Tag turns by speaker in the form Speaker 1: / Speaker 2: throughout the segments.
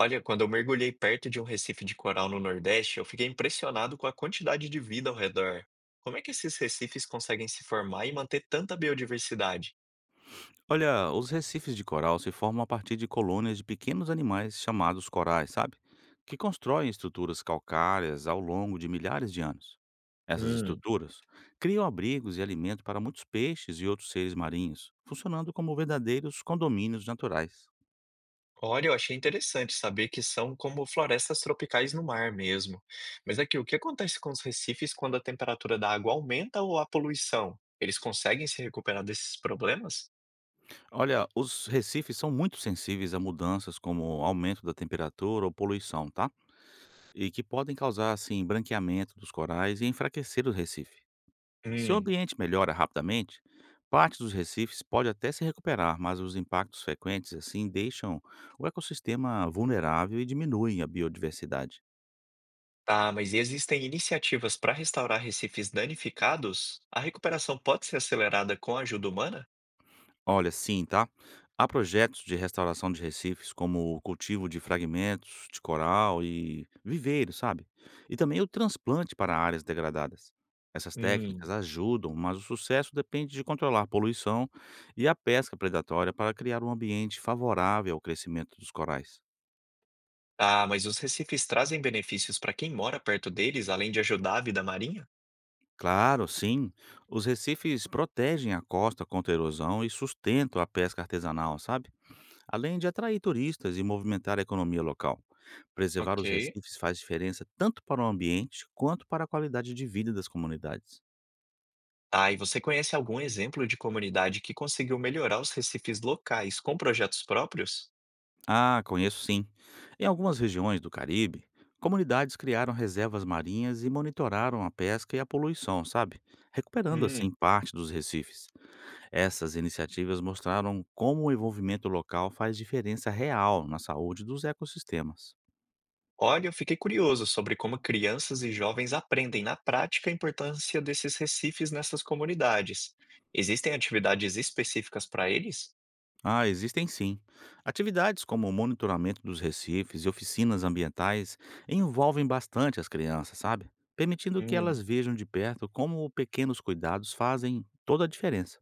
Speaker 1: Olha, quando eu mergulhei perto de um recife de coral no Nordeste, eu fiquei impressionado com a quantidade de vida ao redor. Como é que esses recifes conseguem se formar e manter tanta biodiversidade?
Speaker 2: Olha, os recifes de coral se formam a partir de colônias de pequenos animais chamados corais, sabe? Que constroem estruturas calcárias ao longo de milhares de anos. Essas
Speaker 1: Hum.
Speaker 2: estruturas criam abrigos e alimento para muitos peixes e outros seres marinhos, funcionando como verdadeiros condomínios naturais.
Speaker 1: Olha, eu achei interessante saber que são como florestas tropicais no mar mesmo. Mas aqui, o que acontece com os recifes quando a temperatura da água aumenta ou a poluição? Eles conseguem se recuperar desses problemas?
Speaker 2: Olha, os recifes são muito sensíveis a mudanças como aumento da temperatura ou poluição, tá? E que podem causar, assim, branqueamento dos corais e enfraquecer o recife. Se o
Speaker 1: Hum.
Speaker 2: ambiente melhora rapidamente, parte dos recifes pode até se recuperar, mas os impactos frequentes assim deixam o ecossistema vulnerável e diminuem a biodiversidade.
Speaker 1: Tá, mas e existem iniciativas para restaurar recifes danificados? A recuperação pode ser acelerada com a ajuda humana?
Speaker 2: Olha, sim, tá? Há projetos de restauração de recifes, como o cultivo de fragmentos de coral e viveiro, sabe? E também o transplante para áreas degradadas. Essas técnicas
Speaker 1: Hum.
Speaker 2: ajudam, mas o sucesso depende de controlar a poluição e a pesca predatória para criar um ambiente favorável ao crescimento dos corais.
Speaker 1: Ah, mas os recifes trazem benefícios para quem mora perto deles, além de ajudar a vida marinha?
Speaker 2: Claro, sim. Os recifes protegem a costa contra a erosão e sustentam a pesca artesanal, sabe? Além de atrair turistas e movimentar a economia local. Preservar
Speaker 1: Ok.
Speaker 2: os recifes faz diferença tanto para o ambiente quanto para a qualidade de vida das comunidades.
Speaker 1: Ah, e você conhece algum exemplo de comunidade que conseguiu melhorar os recifes locais com projetos próprios?
Speaker 2: Ah, conheço sim. Em algumas regiões do Caribe, comunidades criaram reservas marinhas e monitoraram a pesca e a poluição, sabe? Recuperando assim
Speaker 1: Hum.
Speaker 2: parte dos recifes. Essas iniciativas mostraram como o envolvimento local faz diferença real na saúde dos ecossistemas.
Speaker 1: Olha, eu fiquei curioso sobre como crianças e jovens aprendem na prática a importância desses recifes nessas comunidades. Existem atividades específicas para eles?
Speaker 2: Ah, existem sim. Atividades como o monitoramento dos recifes e oficinas ambientais envolvem bastante as crianças, sabe? Permitindo que elas
Speaker 1: Hum.
Speaker 2: vejam de perto como pequenos cuidados fazem toda a diferença.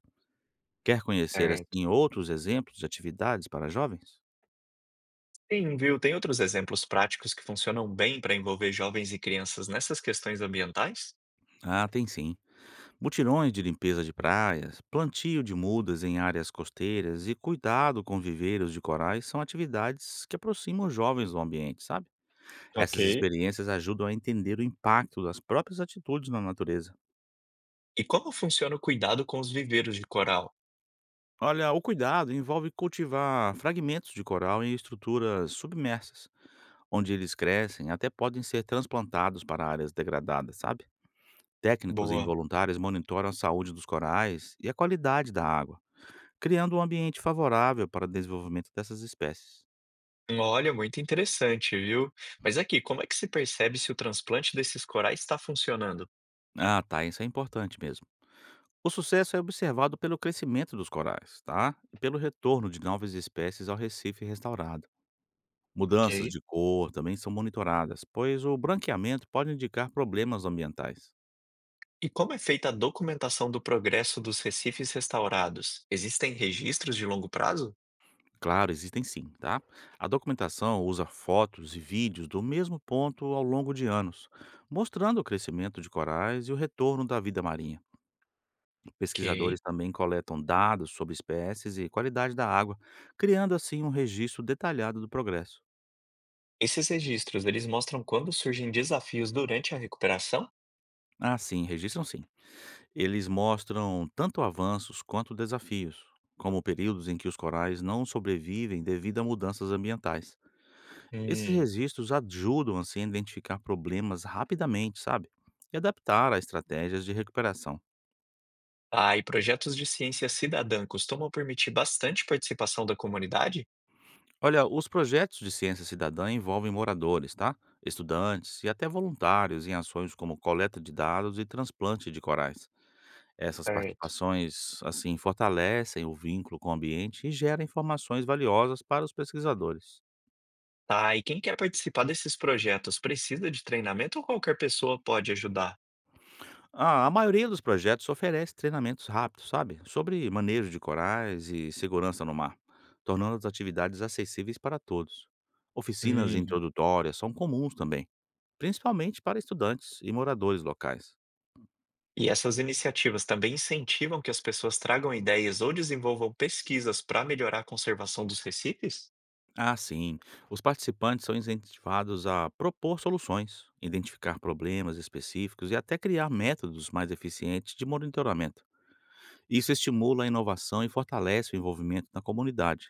Speaker 2: Quer conhecer
Speaker 1: Certo.
Speaker 2: assim outros exemplos de atividades para jovens?
Speaker 1: Sim, viu? Tem outros exemplos práticos que funcionam bem para envolver jovens e crianças nessas questões ambientais?
Speaker 2: Ah, tem sim. Mutirões de limpeza de praias, plantio de mudas em áreas costeiras e cuidado com viveiros de corais são atividades que aproximam os jovens do ambiente, sabe? Essas
Speaker 1: Ok.
Speaker 2: experiências ajudam a entender o impacto das próprias atitudes na natureza.
Speaker 1: E como funciona o cuidado com os viveiros de coral?
Speaker 2: Olha, o cuidado envolve cultivar fragmentos de coral em estruturas submersas, onde eles crescem até podem ser transplantados para áreas degradadas, sabe? Técnicos e
Speaker 1: Boa.
Speaker 2: voluntários monitoram a saúde dos corais e a qualidade da água criando um ambiente favorável para o desenvolvimento dessas espécies.
Speaker 1: Olha, muito interessante, viu? Mas aqui, como é que se percebe se o transplante desses corais está funcionando?
Speaker 2: Ah, tá, isso é importante mesmo. O sucesso é observado pelo crescimento dos corais, tá? E pelo retorno de novas espécies ao recife restaurado. Mudanças
Speaker 1: Ok.
Speaker 2: de cor também são monitoradas, pois o branqueamento pode indicar problemas ambientais.
Speaker 1: E como é feita a documentação do progresso dos recifes restaurados? Existem registros de longo prazo?
Speaker 2: Claro, existem sim, tá? A documentação usa fotos e vídeos do mesmo ponto ao longo de anos, mostrando o crescimento de corais e o retorno da vida marinha.
Speaker 1: Ok.
Speaker 2: Pesquisadores também coletam dados sobre espécies e qualidade da água, criando assim um registro detalhado do progresso.
Speaker 1: Esses registros, eles mostram quando surgem desafios durante a recuperação?
Speaker 2: Ah, sim, registram sim. Eles mostram tanto avanços quanto desafios, como períodos em que os corais não sobrevivem devido a mudanças ambientais. Esses
Speaker 1: Hum.
Speaker 2: registros ajudam assim a identificar problemas rapidamente, sabe? E adaptar a estratégias de recuperação.
Speaker 1: Ah, e projetos de ciência cidadã costumam permitir bastante participação da comunidade?
Speaker 2: Olha, os projetos de ciência cidadã envolvem moradores, tá? Estudantes e até voluntários em ações como coleta de dados e transplante de corais. Essas
Speaker 1: Certo.
Speaker 2: participações, assim, fortalecem o vínculo com o ambiente e geram informações valiosas para os pesquisadores.
Speaker 1: Tá, e quem quer participar desses projetos precisa de treinamento ou qualquer pessoa pode ajudar?
Speaker 2: Ah, a maioria dos projetos oferece treinamentos rápidos, sabe? Sobre manejo de corais e segurança no mar, tornando as atividades acessíveis para todos. Oficinas
Speaker 1: Hum.
Speaker 2: introdutórias são comuns também, principalmente para estudantes e moradores locais.
Speaker 1: E essas iniciativas também incentivam que as pessoas tragam ideias ou desenvolvam pesquisas para melhorar a conservação dos recifes?
Speaker 2: Ah, sim. Os participantes são incentivados a propor soluções, identificar problemas específicos e até criar métodos mais eficientes de monitoramento. Isso estimula a inovação e fortalece o envolvimento na comunidade.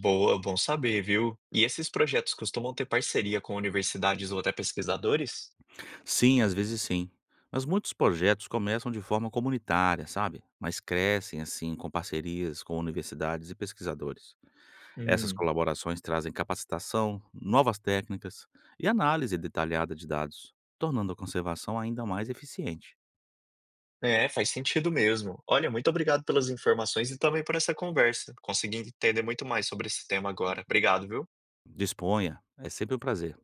Speaker 1: Boa, bom saber, viu? E esses projetos costumam ter parceria com universidades ou até pesquisadores?
Speaker 2: Sim, às vezes sim. Mas muitos projetos começam de forma comunitária, sabe? Mas crescem assim com parcerias com universidades e pesquisadores. Essas
Speaker 1: Hum.
Speaker 2: colaborações trazem capacitação, novas técnicas e análise detalhada de dados, tornando a conservação ainda mais eficiente.
Speaker 1: É, faz sentido mesmo. Olha, muito obrigado pelas informações e também por essa conversa. Consegui entender muito mais sobre esse tema agora. Obrigado, viu?
Speaker 2: Disponha, é sempre um prazer.